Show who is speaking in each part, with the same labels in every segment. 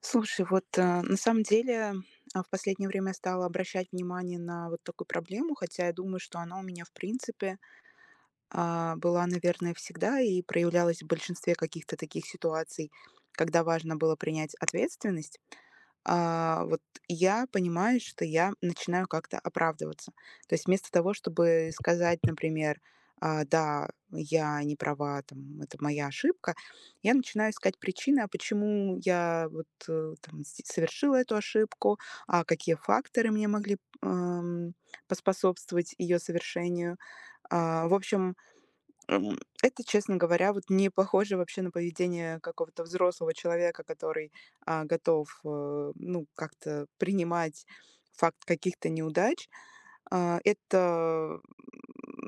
Speaker 1: Слушай, вот на самом деле в последнее время я стала обращать внимание на вот такую проблему, хотя я думаю, что она у меня в принципе была, наверное, всегда и проявлялась в большинстве каких-то таких ситуаций, когда важно было принять ответственность. Вот я понимаю, что я начинаю как-то оправдываться. То есть вместо того, чтобы сказать, например, да, я не права, там, это моя ошибка, я начинаю искать причины, а почему я вот там, совершила эту ошибку, а какие факторы мне могли поспособствовать ее совершению. В общем, это, честно говоря, вот не похоже вообще на поведение какого-то взрослого человека, который, готов, ну, как-то принимать факт каких-то неудач. Это,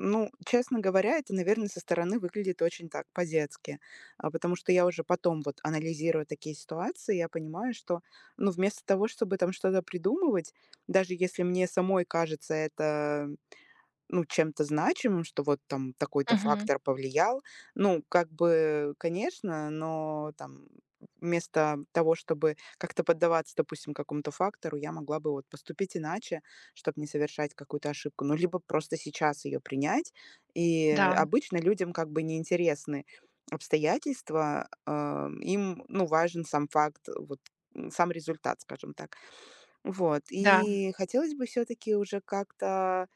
Speaker 1: ну, честно говоря, это, наверное, со стороны выглядит очень так, по-детски. Потому что я уже потом, вот анализируя такие ситуации, я понимаю, что, ну, вместо того, чтобы там что-то придумывать, даже если мне самой кажется это ну, чем-то значимым, что вот там такой-то
Speaker 2: Мгм.
Speaker 1: фактор повлиял. Ну, как бы, конечно, но там вместо того, чтобы как-то поддаваться, допустим, какому-то фактору, я могла бы вот поступить иначе, чтобы не совершать какую-то ошибку, ну, либо просто сейчас ее принять. И
Speaker 2: Да,
Speaker 1: обычно людям как бы неинтересны обстоятельства, им, ну, важен сам факт, вот сам результат, скажем так. Вот,
Speaker 2: да.
Speaker 1: и хотелось бы все-таки уже как-то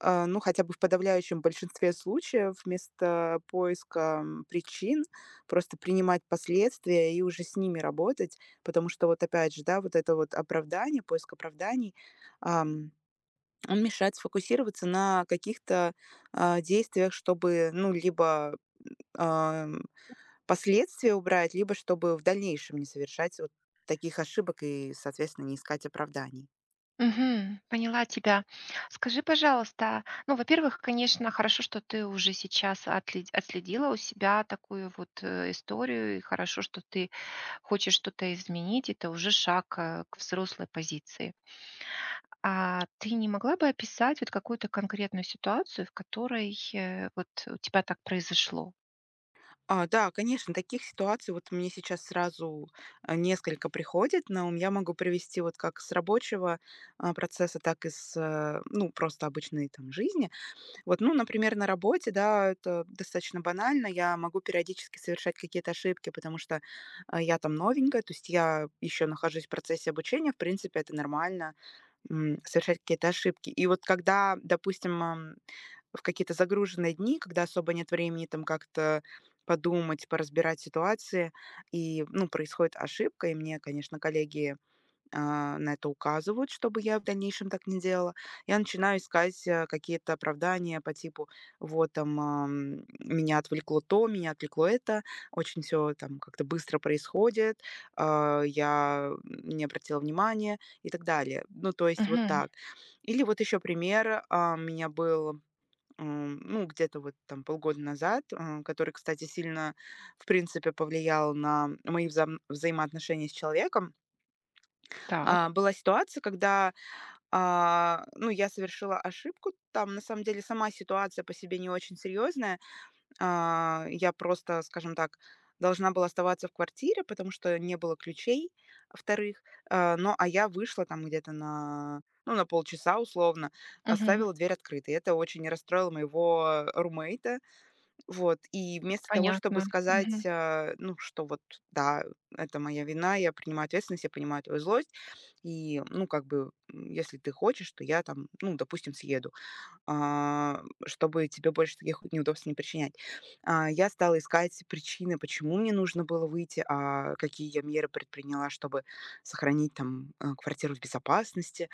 Speaker 1: ну, хотя бы в подавляющем большинстве случаев вместо поиска, причин просто принимать последствия и уже с ними работать. Потому что вот опять же, да, вот это вот оправдание, поиск оправданий, ам, он мешает сфокусироваться на каких-то, действиях, чтобы, ну, либо, ам, последствия убрать, либо чтобы в дальнейшем не совершать вот таких ошибок и, соответственно, не искать оправданий.
Speaker 2: Мгм. Поняла тебя. Скажи, пожалуйста, ну, во-первых, конечно, хорошо, что ты уже сейчас отследила у себя такую вот историю, и хорошо, что ты хочешь что-то изменить, это уже шаг к взрослой позиции. А ты не могла бы описать вот какую-то конкретную ситуацию, в которой вот у тебя так произошло?
Speaker 1: Да, конечно, таких ситуаций вот мне сейчас сразу несколько приходит на ум. Я могу привести вот как с рабочего процесса, так и с, ну, просто обычной там жизни. Вот, ну, например, на работе, да, это достаточно банально. Я могу периодически совершать какие-то ошибки, потому что я там новенькая, то есть я еще нахожусь в процессе обучения. В принципе, это нормально совершать какие-то ошибки. И вот когда, допустим, в какие-то загруженные дни, когда особо нет времени там как-то подумать, поразбирать ситуации, и, ну, происходит ошибка, и мне, конечно, коллеги на это указывают, чтобы я в дальнейшем так не делала. Я начинаю искать какие-то оправдания по типу, вот там меня отвлекло то, меня отвлекло это, очень все там как-то быстро происходит, я не обратила внимания и так далее. Ну, то есть вот
Speaker 2: Мгм.
Speaker 1: так. Или вот еще пример у меня был ну, где-то вот там полгода назад, который, кстати, сильно, в принципе, повлиял на мои взаимоотношения с человеком.
Speaker 2: Так.
Speaker 1: Была ситуация, когда, ну, я совершила ошибку. Там, на самом деле, сама ситуация по себе не очень серьезная. Я просто, скажем так, должна была оставаться в квартире, потому что не было ключей, вторых. Но, я вышла там где-то на, ну, на полчаса условно,
Speaker 2: Мгм.
Speaker 1: оставила дверь открытой. Это очень расстроило моего румейта, вот, и вместо того, чтобы
Speaker 2: Понятно.
Speaker 1: сказать,
Speaker 2: Мгм.
Speaker 1: ну, что вот, да, это моя вина, я принимаю ответственность, я понимаю твою злость, и, ну, как бы, если ты хочешь, то я там, ну, допустим, съеду, чтобы тебе больше таких вот неудобств не причинять. Я стала искать причины, почему мне нужно было выйти, какие я меры предприняла, чтобы сохранить там квартиру в безопасности.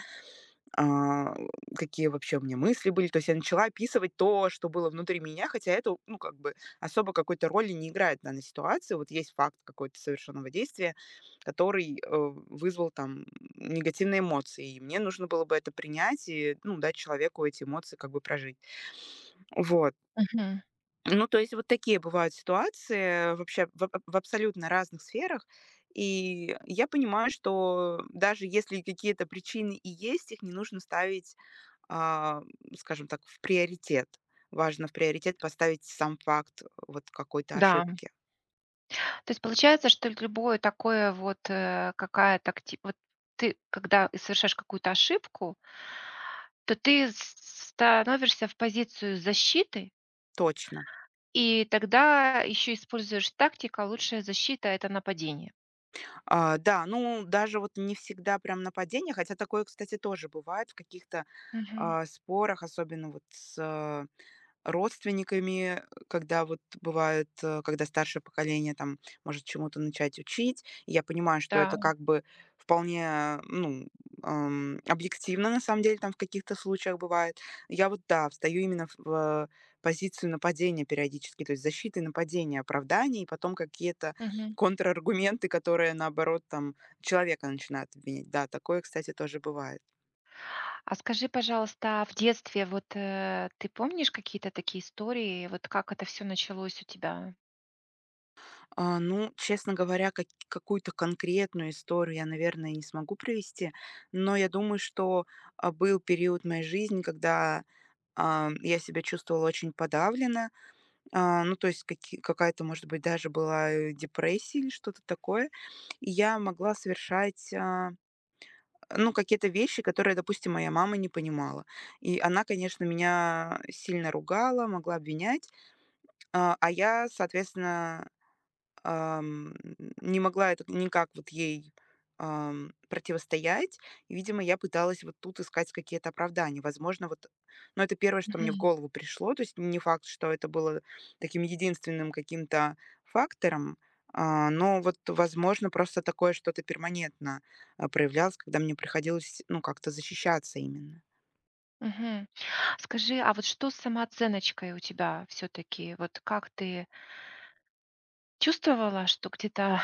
Speaker 1: А, Какие вообще у меня мысли были. То есть я начала описывать то, что было внутри меня, хотя это, ну, как бы особо какой-то роли не играет в данной ситуации. Вот есть факт какой-то совершенного действия, который вызвал там негативные эмоции. И мне нужно было бы это принять и, ну, дать человеку эти эмоции как бы прожить. Вот.
Speaker 2: Мгм.
Speaker 1: Ну, то есть вот такие бывают ситуации вообще в, в абсолютно разных сферах. И я понимаю, что даже если какие-то причины и есть, их не нужно ставить а, скажем так, в приоритет. Важно в приоритет поставить сам факт вот какой-то
Speaker 2: Да.
Speaker 1: ошибки.
Speaker 2: То есть получается, что любое такое вот, э, какая-то акти вот ты, когда и совершаешь какую-то ошибку, то ты с становишься в позицию защиты,
Speaker 1: Точно.
Speaker 2: и тогда еще используешь тактика: лучшая защита — это нападение.
Speaker 1: Да, ну даже вот не всегда прям нападение, хотя такое, кстати, тоже бывает в каких-то
Speaker 2: Мгм.
Speaker 1: спорах, особенно вот с родственниками, когда вот бывает, когда старшее поколение там может чему-то начать учить. Я понимаю, что
Speaker 2: Да.
Speaker 1: это как бы вполне, ну, объективно, на самом деле, там в каких-то случаях бывает. Я вот, да, встаю именно в позицию нападения периодически, то есть защиты, нападения, оправдания, и потом какие-то
Speaker 2: Мгм.
Speaker 1: контраргументы, которые, наоборот, там человека начинают обвинять. Да, такое, кстати, тоже бывает.
Speaker 2: А скажи, пожалуйста, а в детстве вот, ты помнишь какие-то такие истории? Вот как это все началось у тебя?
Speaker 1: Ну, честно говоря, как какую-то конкретную историю я, наверное, не смогу привести, но я думаю, что, был период моей жизни, когда, я себя чувствовала очень подавленно. Ну, то есть каки какая-то, может быть, даже была, депрессия или что-то такое. И я могла совершать, ну, какие-то вещи, которые, допустим, моя мама не понимала. И она, конечно, меня сильно ругала, могла обвинять, я, соответственно, ам, не могла это никак вот ей, противостоять. И, видимо, я пыталась вот тут искать какие-то оправдания. Возможно, вот, но это первое, что мне в
Speaker 2: Мгм.
Speaker 1: голову пришло. То есть не факт, что это было таким единственным каким-то фактором, но вот, возможно, просто такое что-то перманентно, проявлялось, когда мне приходилось, ну, как-то защищаться именно.
Speaker 2: Мгм. Скажи, а вот что с самооценочкой у тебя все таки. Вот как ты чувствовала, что где-то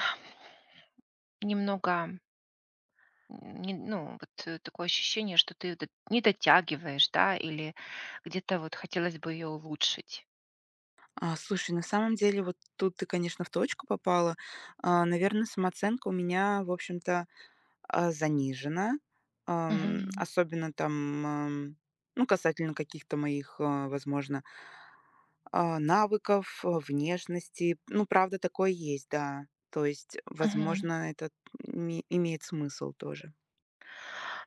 Speaker 2: немного, не ну, вот, такое ощущение, что ты д не дотягиваешь, да, или где-то вот хотелось бы ее улучшить.
Speaker 1: Слушай, на самом деле вот тут ты, конечно, в точку попала. Наверное, самооценка у меня, в общем-то, занижена,
Speaker 2: Мгм,
Speaker 1: особенно там, ну, касательно каких-то моих, возможно, навыков, внешности. Ну, правда, такое есть, да. То есть,
Speaker 2: мгм.
Speaker 1: возможно, это имеет смысл тоже.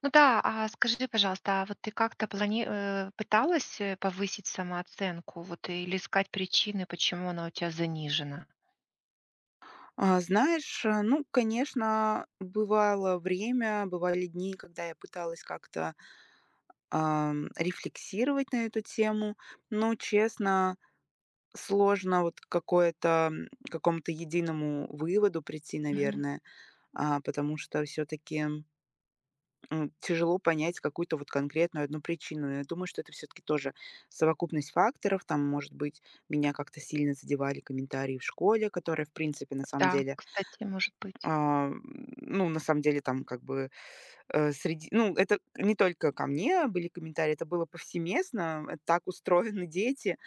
Speaker 2: Ну да, а скажи, пожалуйста, а вот ты как-то пыталась, повысить самооценку, вот, или искать причины, почему она у тебя занижена?
Speaker 1: Знаешь, ну, конечно, бывало время, бывали дни, когда я пыталась как-то рефлексировать на эту тему, но, честно, сложно вот какому-то единому выводу прийти,
Speaker 2: Мгм.
Speaker 1: наверное, потому что все таки тяжело понять какую-то вот конкретную одну причину. Я думаю, что это все таки тоже совокупность факторов. Там, может быть, меня как-то сильно задевали комментарии в школе, которые, в принципе,
Speaker 2: Да, кстати, может быть.
Speaker 1: на самом деле, там как бы, э, среди ну, это не только ко мне были комментарии, это было повсеместно, так устроены дети.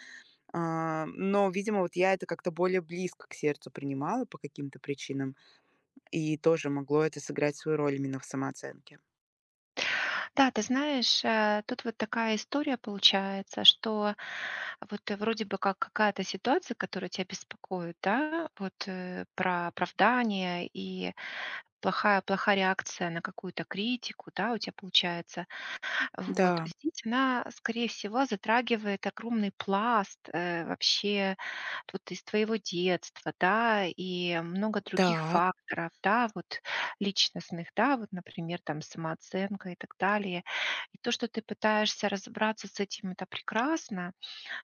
Speaker 1: Но, видимо, вот я это как-то более близко к сердцу принимала по каким-то причинам, и тоже могло это сыграть свою роль именно в самооценке.
Speaker 2: Да, ты знаешь, тут вот такая история получается, что вот вроде бы как какая-то ситуация, которая тебя беспокоит, да, вот про оправдание и плохая, плохая реакция на какую-то критику, да, у тебя получается. Вот.
Speaker 1: Да,
Speaker 2: Здесь она, скорее всего, затрагивает огромный пласт вообще вот из твоего детства, да, и много других
Speaker 1: так,
Speaker 2: факторов, да, вот личностных, да, вот, например, там самооценка и так далее. И то, что ты пытаешься разобраться с этим, это прекрасно.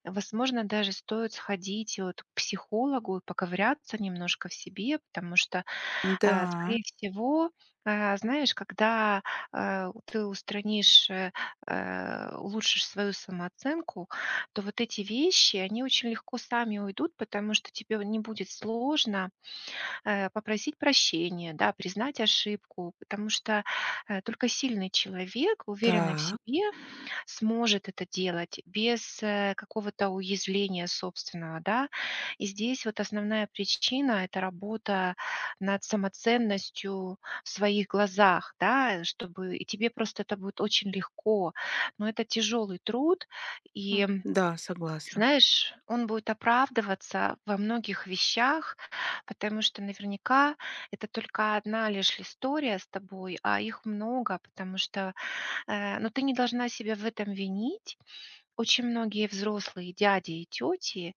Speaker 2: Возможно, даже стоит сходить вот к психологу и поковыряться немножко в себе, потому что
Speaker 1: да,
Speaker 2: скорее всего, знаешь, когда, ты улучшишь свою самооценку, то вот эти вещи, они очень легко сами уйдут, потому что тебе вот не будет сложно, попросить прощения, да, признать ошибку, потому что, только сильный человек, уверенный в
Speaker 1: так,
Speaker 2: себе, сможет это делать без, какого-то уязвления собственного, да. И здесь вот основная причина — это работа над самоценностью в своих глазах, да, чтобы и тебе просто это будет очень легко. Но это тяжелый труд, и,
Speaker 1: да,
Speaker 2: ты
Speaker 1: согласна.
Speaker 2: знаешь, он будет оправдываться во многих вещах, потому что наверняка это только одна лишь история с тобой, а их много, потому что, ну, ты не должна себя в этом винить. Очень многие взрослые дяди и тети,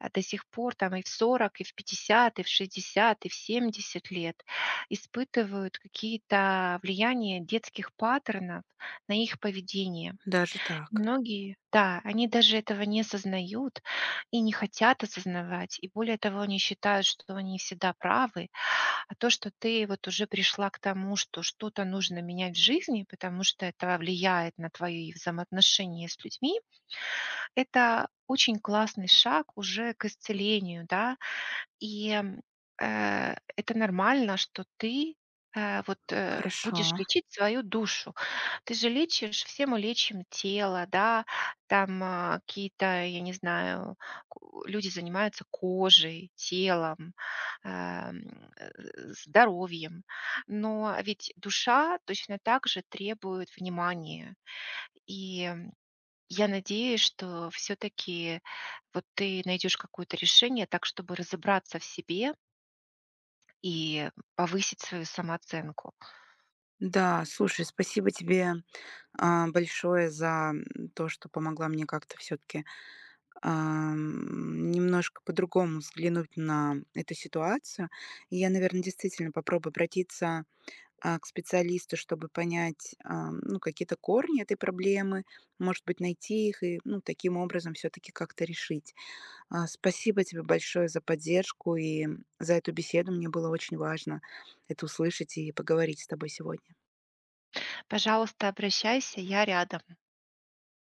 Speaker 2: до сих пор там и в 40, и в 50, и в 60, и в 70 лет испытывают какие-то влияния детских паттернов на их поведение.
Speaker 1: Даже так.
Speaker 2: Многие, да, они даже этого не осознают и не хотят осознавать. И более того, они считают, что они всегда правы. А то, что ты вот уже пришла к тому, что что-то нужно менять в жизни, потому что это влияет на твои взаимоотношения с людьми, это очень классный шаг уже к исцелению, да. И, это нормально, что ты, вот,
Speaker 1: Хорошо.
Speaker 2: будешь лечить свою душу. Ты же лечишь, все мы лечим тело, да, там, какие-то, я не знаю, ку люди занимаются кожей, телом, эм, э, здоровьем. Но ведь душа точно так же требует внимания. И я надеюсь, что все таки вот ты найдешь какое-то решение так, чтобы разобраться в себе и повысить свою самооценку.
Speaker 1: Да, слушай, спасибо тебе, большое за, то, что помогла мне как-то все таки немножко по-другому взглянуть на эту ситуацию. И я, наверное, действительно попробую обратиться к специалисту, чтобы понять, ну, какие-то корни этой проблемы, может быть, найти их и, ну, таким образом все-таки как-то решить. Спасибо тебе большое за поддержку и за эту беседу. Мне было очень важно это услышать и поговорить с тобой сегодня.
Speaker 2: Пожалуйста, обращайся, я рядом.